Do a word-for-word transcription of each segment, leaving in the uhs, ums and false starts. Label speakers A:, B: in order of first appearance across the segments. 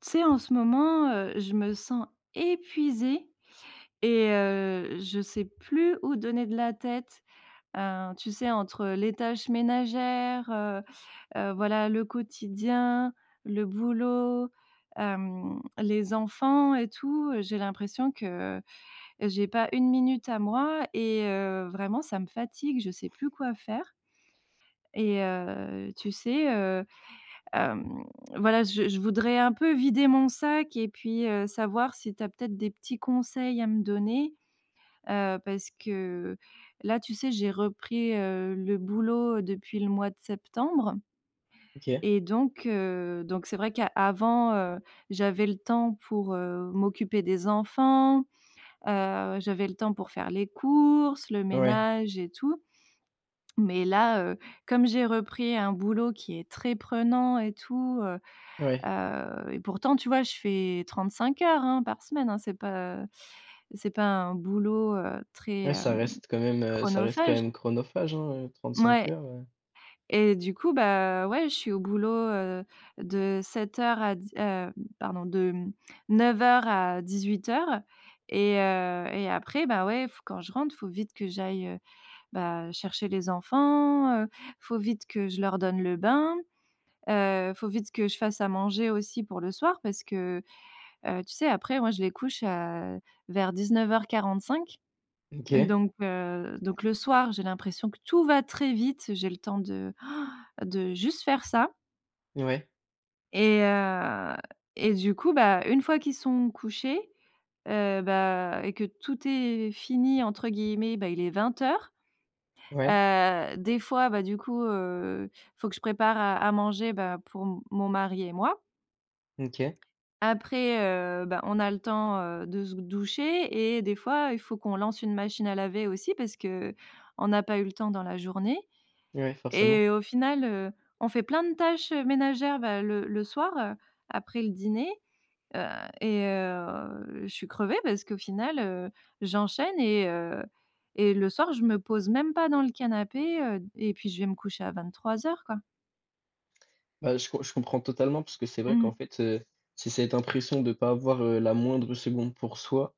A: Tu sais, en ce moment, heu, je me sens épuisée et heu, je sais plus où donner de la tête. Heu, tu sais, entre les tâches ménagères, heu heu, voilà, le quotidien, le boulot, hem, les enfants et tout, heu, j'ai l'impression que j'ai pas une minute à moi et heu, vraiment ça me fatigue, je sais plus quoi faire et heu, tu sais, Hem, voilà, je je voudrais un peu vider mon sac et puis, heu, savoir si tu as peut-être des petits conseils à me donner, heu, parce que là, tu sais, j'ai repris, heu, le boulot depuis le mois de septembre
B: OK.
A: et donc heu, donc c'est vrai qu'avant, heu, j'avais le temps pour, heu, m'occuper des enfants, heu, j'avais le temps pour faire les courses, le
B: Ouais,
A: ménage et tout. Mais là, heu, comme j'ai repris un boulot qui est très prenant et tout, Heu
B: ouais.
A: et pourtant, tu vois, je fais 35 heures, hein, par semaine, hein. C'est pas c'est pas un boulot, heu, très,
B: Ouais, ça
A: hem,
B: reste quand même, heu, ça reste quand
A: chronophage.
B: même chronophage, hein, heu,
A: Ouais.
B: cinq heures, heu,
A: Et du coup, bah, ouais, je suis au boulot, heu, de sept heures à d heu, pardon, de, mmh, heures à dix-huit heures et heu et après, bah, ouais, faut quand je rentre, faut vite que j'aille, heu, bah, chercher les enfants, heu, faut vite que je leur donne le bain, heu, faut vite que je fasse à manger aussi pour le soir parce que. Heu, tu sais, après moi, je les couche à vers dix-neuf heures quarante-cinq
B: OK.
A: donc heu, donc le soir, j'ai l'impression que tout va très vite. J'ai le temps de de juste faire ça
B: Ouais,
A: et heu et du coup, bah, une fois qu'ils sont couchés, heu, bah et que tout est «fini» entre guillemets, bah, il est vingt heures.
B: ouais,
A: Heu, des fois, bah, du coup, heu, faut que je prépare à à manger, bah, pour m mon mari et moi.
B: OK.
A: Après, heu, bah, on a le temps, heu, de se doucher et des fois, il faut qu'on lance une machine à laver aussi parce que on n'a pas eu le temps dans la journée
B: Ouais, forcément.
A: et au final, heu, on fait plein de tâches ménagères, bah, le le soir, heu, après le dîner, heu et heu, je suis crevée parce qu'au final, heu, j'enchaîne et heu et le soir, je me pose même pas dans le canapé, heu et puis je vais me coucher à vingt-trois heures, quoi.
B: Bah, je com je comprends totalement parce que c'est vrai
A: Mmh.
B: qu'en fait, heu, c'est cette impression de pas avoir, heu, la moindre seconde pour soi,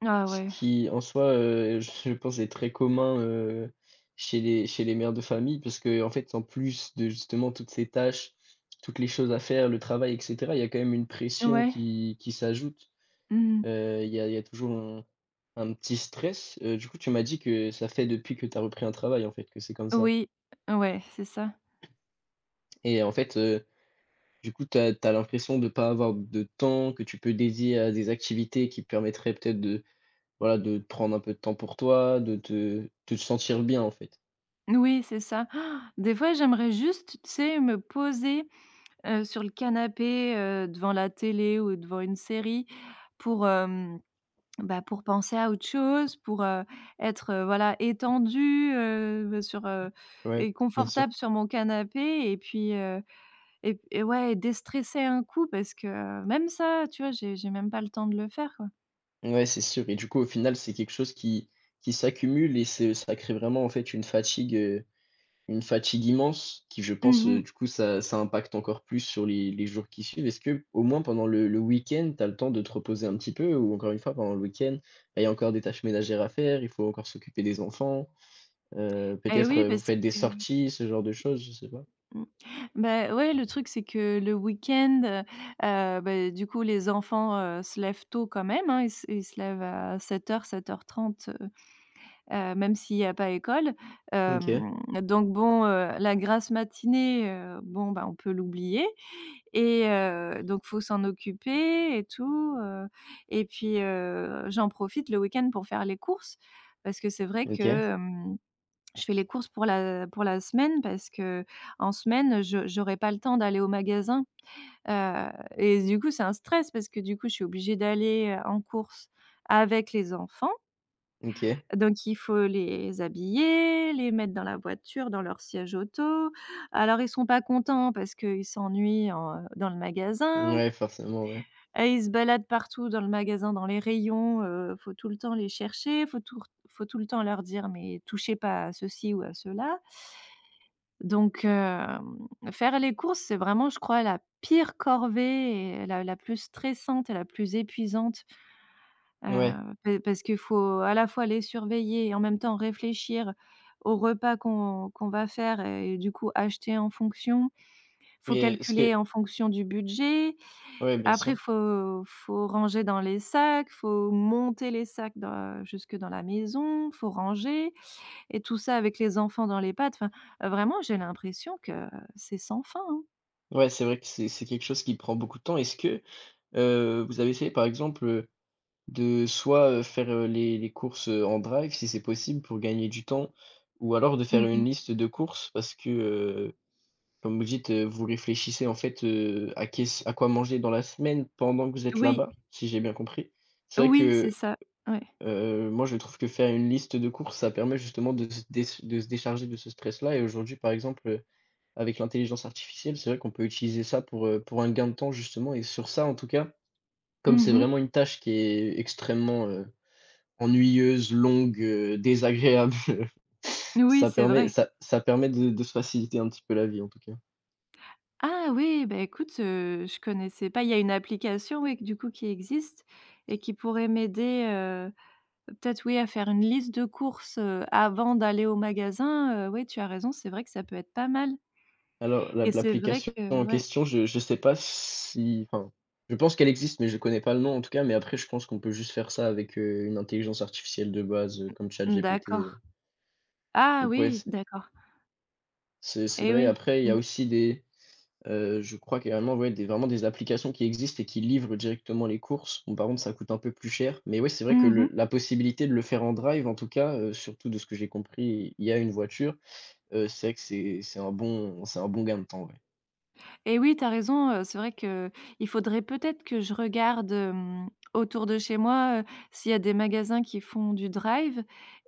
A: Ah
B: ce
A: ouais.
B: qui en soi, heu, je pense est très commun, heu, chez les chez les mères de famille parce qu'en fait, en plus de justement toutes ces tâches, toutes les choses à faire, le travail et cetera, il y a quand même une pression
A: Ouais.
B: qui qui s'ajoute.
A: Mmh.
B: Heu, il y a il y a toujours un un petit stress. Heu, du coup, tu m'as dit que ça fait depuis que tu as repris un travail, en fait, que c'est comme ça
A: Oui. Ouais, c'est ça.
B: et en fait, heu, du coup, tu as l'impression de ne pas avoir de temps que tu peux dédier à des activités qui te permettraient peut-être de, voilà, de te prendre un peu de temps pour toi, de te de te sentir bien, en fait.
A: Oui, c'est ça. Ah, Des fois, j'aimerais juste, tu sais, me poser, heu, sur le canapé, heu, devant la télé ou devant une série pour, hem, bah, pour penser à autre chose, pour, heu, être, heu, voilà, étendue, heu, sur, heu
B: Ouais,
A: et
B: bien sûr.
A: confortable sur mon canapé et puis, heu et et ouais, déstresser un coup parce que, heu, même ça, tu vois, j'ai j'ai même pas le temps de le faire, quoi.
B: Ouais, c'est sûr et du coup, au final, c'est quelque chose qui qui s'accumule et c'est ça crée vraiment, en fait, une fatigue, heu une fatigue immense qui, je pense, euh,
A: Mmh.
B: du coup, ça, ça impacte encore plus sur les, les jours qui suivent. Est-ce que, au moins pendant le, le week-end, tu as le temps de te reposer un petit peu ou encore une fois, pendant le week-end, bah, il y a encore des tâches ménagères à faire, il faut encore s'occuper des enfants, euh,
A: Et
B: peut-être
A: oui,
B: euh, vous
A: parce
B: faites des
A: que.
B: sorties, ce genre de choses, je sais pas.
A: Mmh. Bah, ouais, le truc, c'est que le week-end, heu heu, bah, du coup, les enfants, heu, se lèvent tôt quand même, hein. Ils se ils se lèvent à sept heures-sept heures, sept heures trente heu heu, même s'il y a pas école.
B: OK,
A: Hem, donc bon, heu, la grasse matinée, heu, bon, bah, on peut l'oublier et heu, donc faut s'en occuper et tout, heu et puis, heu, j'en profite le week-end pour faire les courses parce que c'est vrai
B: OK,
A: que, hem je fais les courses pour la pour la semaine parce qu'en semaine, je j'aurai pas le temps d'aller au magasin, heu et du coup, c'est un stress parce que du coup, je suis obligée d'aller, heu, en courses avec les enfants.
B: OK.
A: Donc il faut les habiller, les mettre dans la voiture, dans leur siège auto. Alors ils sont pas contents parce qu'ils s'ennuient en, heu, dans le magasin,
B: Ouais, forcément, ouais.
A: heu, ils se baladent partout dans le magasin, dans les rayons, heu, faut tout le temps les chercher, faut tout r faut tout le temps leur dire: «Mais touchez pas à ceci ou à cela». Donc hem, faire les courses, c'est vraiment, je crois, la pire corvée et la la plus stressante et la plus épuisante,
B: Ouais.
A: heu, pa parce qu'il faut à la fois les surveiller et en même temps réfléchir au repas qu'on qu'on va faire et du coup acheter en fonction. Faut
B: Et est-ce que
A: calculer en fonction du budget.
B: ouais, bien
A: Après
B: sûr.
A: faut faut ranger dans les sacs, faut monter les sacs dans jusque dans la maison, faut ranger et tout ça avec les enfants dans les pattes, enfin, heu, vraiment j'ai l'impression que c'est sans fin, hein.
B: Ouais, c'est vrai que c'est c'est quelque chose qui prend beaucoup de temps. Est-ce que, heu, vous avez essayé, par exemple, euh, de soit, heu, faire, heu, les les courses, heu, en drive si c'est possible pour gagner du temps ou alors de faire
A: Mmh mh.
B: une liste de courses parce que, heu, comme vous dites, heu, vous réfléchissez en fait, heu, à qu'est-ce à quoi manger dans la semaine pendant que vous êtes
A: Oui,
B: là-bas, si j'ai bien compris. C'est vrai
A: oui, c'est
B: que,
A: ça, ouais.
B: heu, moi je trouve que faire une liste de courses, ça permet justement de se dé de se décharger de ce stress-là et aujourd'hui par exemple, heu, avec l'intelligence artificielle, c'est vrai qu'on peut utiliser ça pour, heu, pour un gain de temps justement et sur ça en tout cas, comme
A: Mmh
B: c'est
A: mh.
B: vraiment une tâche qui est extrêmement, heu ennuyeuse, longue, heu, désagréable.
A: Oui,
B: Ça
A: c'est
B: permet
A: vrai.
B: ça ça permet de de se faciliter un petit peu la vie, en tout cas.
A: Ah oui, bah, écoute, heu, je connaissais pas. Il y a une application, oui, du coup qui existe et qui pourrait m'aider, heu, peut-être, oui, à faire une liste de courses, heu, avant d'aller au magasin, heu, oui, tu as raison, c'est vrai que ça peut être pas mal
B: Alors
A: et
B: l'ap
A: c'est vrai
B: l'application
A: que
B: en
A: ouais,
B: question, je je sais pas si enfin, je pense qu'elle existe, mais je ne connais pas le nom, en tout cas, mais après je pense qu'on peut juste faire ça avec, heu, une intelligence artificielle de base, heu, comme
A: mmh,
B: ChatGPT, heu,
A: d'accord. Ah
B: donc ouais,
A: oui,
B: c
A: d'accord
B: c'est c'est
A: et
B: vrai.
A: oui.
B: Après, il y
A: Mmh.
B: a aussi des Heu, je crois qu'il y a vraiment ouais, des vraiment des applications qui existent et qui livrent directement les courses. Bon, par contre, ça coûte un peu plus cher, mais oui, c'est vrai que
A: Mmh
B: le
A: mh.
B: la possibilité de le faire en drive, en tout cas, heu, surtout de ce que j'ai compris, il y a une voiture, heu, c'est vrai que c'est c'est un bon c'est un bon gain de temps, ouais.
A: Et oui, tu as raison, heu, c'est vrai que il faudrait peut-être que je regarde, hem, autour de chez moi, heu, s'il y a des magasins qui font du drive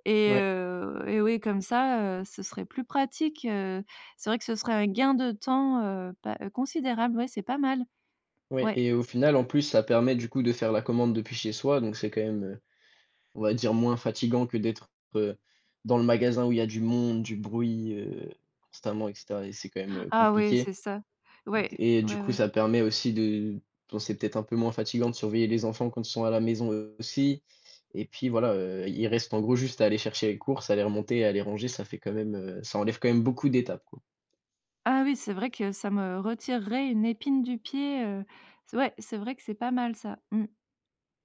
A: et
B: Ouais,
A: heu et oui, comme ça, heu, ce serait plus pratique, heu, c'est vrai que ce serait un gain de temps, heu, pas euh, considérable, ouais, c'est pas mal.
B: ouais
A: Ouais.
B: et au final, en plus, ça permet, du coup, de faire la commande depuis chez soi, donc c'est quand même, heu, on va dire moins fatigant que d'être, heu, dans le magasin où il y a du monde, du bruit, heu, constamment et cetera et c'est quand même, heu,
A: Ah oui,
B: compliqué.
A: c'est ça. Ouais,
B: Et du
A: ouais,
B: coup,
A: ouais.
B: ça permet aussi de bon, c'est peut-être un peu moins fatigant de surveiller les enfants quand ils sont à la maison aussi. Et puis voilà, heu, il reste en gros juste à aller chercher les courses, à les remonter, à les ranger, ça fait quand même, heu, ça enlève quand même beaucoup d'étapes, quoi.
A: Ah oui, c'est vrai que ça me retirerait une épine du pied, heu, c ouais, c'est vrai que c'est pas mal ça. Mmh,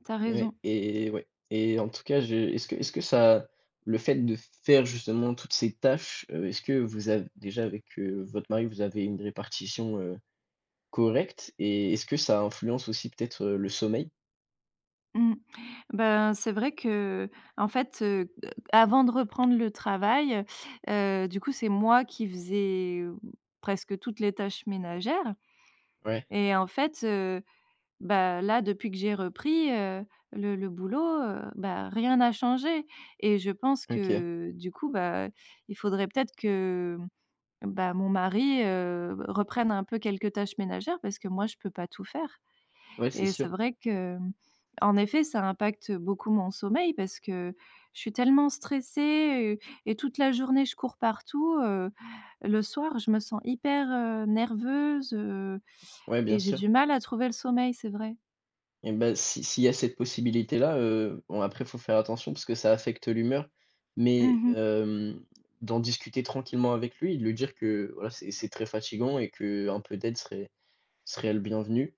A: tu raison.
B: Ouais et ouais et en tout cas, je est-ce que est-ce que ça le fait de faire justement toutes ces tâches, heu, est-ce que vous avez déjà avec, heu, votre mari, vous avez une répartition, heu, correcte? Et est-ce que ça influence aussi peut-être, heu, le sommeil?
A: Mmh. Ben, c'est vrai que en fait, heu, avant de reprendre le travail, heu, du coup, c'est moi qui faisais presque toutes les tâches ménagères
B: Ouais,
A: et en fait, heu, bah, là, depuis que j'ai repris, heu, le le boulot, heu, bah, rien n'a changé et je pense
B: OK.
A: que du coup, bah, il faudrait peut-être que, bah, mon mari, heu, reprenne un peu quelques tâches ménagères parce que moi, je peux pas tout faire.
B: Ouais, c'est
A: Et c'est
B: sûr.
A: vrai que, mmh, en effet, ça impacte beaucoup mon sommeil parce que je suis tellement stressée, heu et toute la journée, je cours partout, heu, le soir, je me sens hyper, heu, nerveuse, heu
B: Ouais,
A: et
B: bien
A: j'ai
B: sûr.
A: du mal à trouver le sommeil, c'est vrai.
B: Et ben si s'il y a cette possibilité-là, heu, bon après faut faire attention parce que ça affecte l'humeur, mais
A: Mmh.
B: hem, d'en discuter tranquillement avec lui, de lui dire que voilà, c'est c'est très fatigant et que un peu d'aide serait serait le bienvenu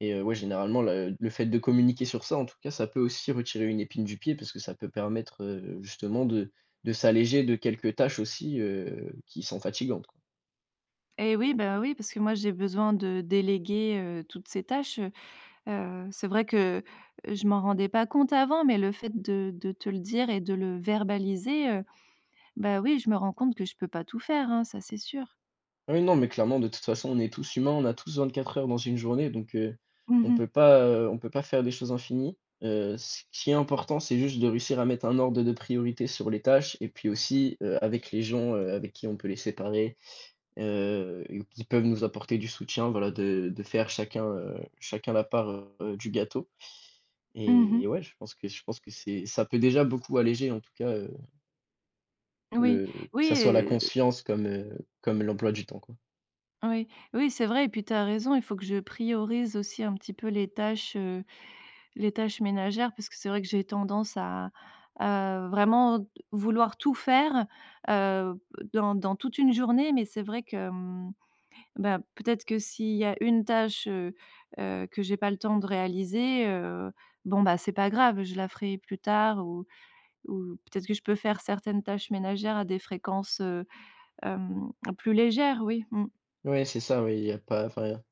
B: et heu, ouais, généralement le le fait de communiquer sur ça, en tout cas, ça peut aussi retirer une épine du pied parce que ça peut permettre, heu, justement de de s'alléger de quelques tâches aussi, heu, qui sont fatigantes.
A: Et oui, bah, oui, parce que moi, j'ai besoin de déléguer, heu, toutes ces tâches, heu c'est vrai que je m'en rendais pas compte avant, mais le fait de de te le dire et de le verbaliser, heu, bah, oui, je me rends compte que je peux pas tout faire, hein, ça, c'est sûr.
B: Oui, non, mais clairement, de toute façon, on est tous humains, on a tous vingt-quatre heures dans une journée, donc heu, on
A: Mmh.
B: peut pas, heu, on peut pas faire des choses infinies. Heu, ce qui est important, c'est juste de réussir à mettre un ordre de priorité sur les tâches et puis aussi, heu, avec les gens, heu, avec qui on peut les séparer, heu, et qui peuvent nous apporter du soutien, voilà, de de faire chacun, heu, chacun la part, heu, du gâteau
A: Mmh
B: et
A: mh.
B: et ouais, je pense que je pense que c'est ça peut déjà beaucoup alléger, en tout cas, heu,
A: Oui,
B: le que ça
A: oui,
B: soit la
A: heu,
B: conscience comme, heu, comme l'emploi du temps, quoi.
A: oui, oui, c'est vrai et puis tu as raison, il faut que je priorise aussi un petit peu les tâches, heu, les tâches ménagères parce que c'est vrai que j'ai tendance à à vraiment vouloir tout faire, heu, dans dans toute une journée mais c'est vrai que, mmh, bah, peut-être que s'il y a une tâche, heu heu, que j'ai pas le temps de réaliser, heu, bon, bah, c'est pas grave, je la ferai plus tard ou ou peut-être que je peux faire certaines tâches ménagères à des fréquences, heu Hem, plus légère, oui. Mmh.
B: Ouais, c'est ça, oui, il y a pas enfin,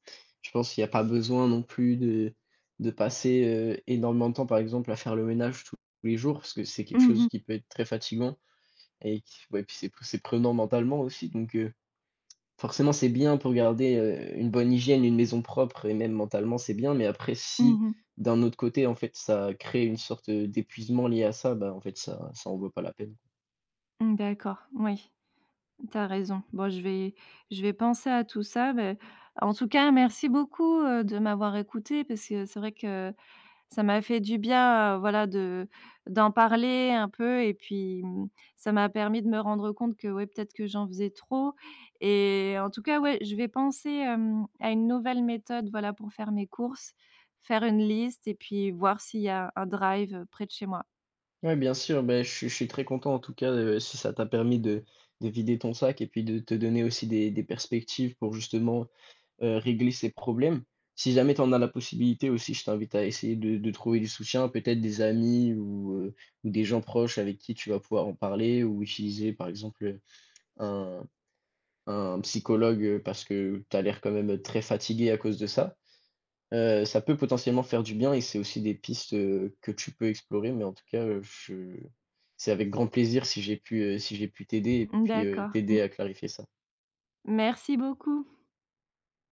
B: je pense qu'il y a pas besoin non plus de de passer, heu, énormément de temps, par exemple, à faire le ménage tous les jours, parce que c'est quelque
A: Mmh
B: chose
A: mh.
B: qui peut être très fatigant et qui ouais, puis c'est c'est prenant mentalement aussi, donc heu, forcément, c'est bien pour garder, heu, une bonne hygiène, une maison propre et même mentalement, c'est bien, mais après
A: Mmh
B: si,
A: mh.
B: d'un autre côté, en fait, ça crée une sorte, d'épuisement lié à ça, bah, en fait, ça ça en vaut pas la peine.
A: Mmh, d'accord, oui, tu as raison. Bon, je vais je vais penser à tout ça, beh, en tout cas, merci beaucoup, heu, de m'avoir écoutée parce que c'est vrai que ça m'a fait du bien, heu, voilà, de d'en parler un peu et puis, mmh, ça m'a permis de me rendre compte que, ouais, peut-être que j'en faisais trop et en tout cas, ouais, je vais penser, hem, à une nouvelle méthode, voilà, pour faire mes courses, faire une liste et puis voir s'il y a un drive, près de chez moi.
B: Ouais, bien sûr, Ben, je suis je suis très content en tout cas, heu, si ça t'a permis de de vider ton sac et puis de te donner aussi des des perspectives pour justement, heu, régler ces problèmes. Si jamais tu en as la possibilité aussi, je t'invite à essayer de de trouver du soutien, peut-être des amis ou, heu, ou des gens proches avec qui tu vas pouvoir en parler ou utiliser par exemple, un un psychologue, heu, parce que tu as l'air quand même, très fatigué à cause de ça. Heu, ça peut potentiellement faire du bien et c'est aussi des pistes, heu, que tu peux explorer, mais en tout cas, heu, je c'est avec grand plaisir si j'ai pu, heu, si j'ai pu t'aider et puis, heu,
A: D'accord. Mmh.
B: t'aider à clarifier ça.
A: Merci beaucoup.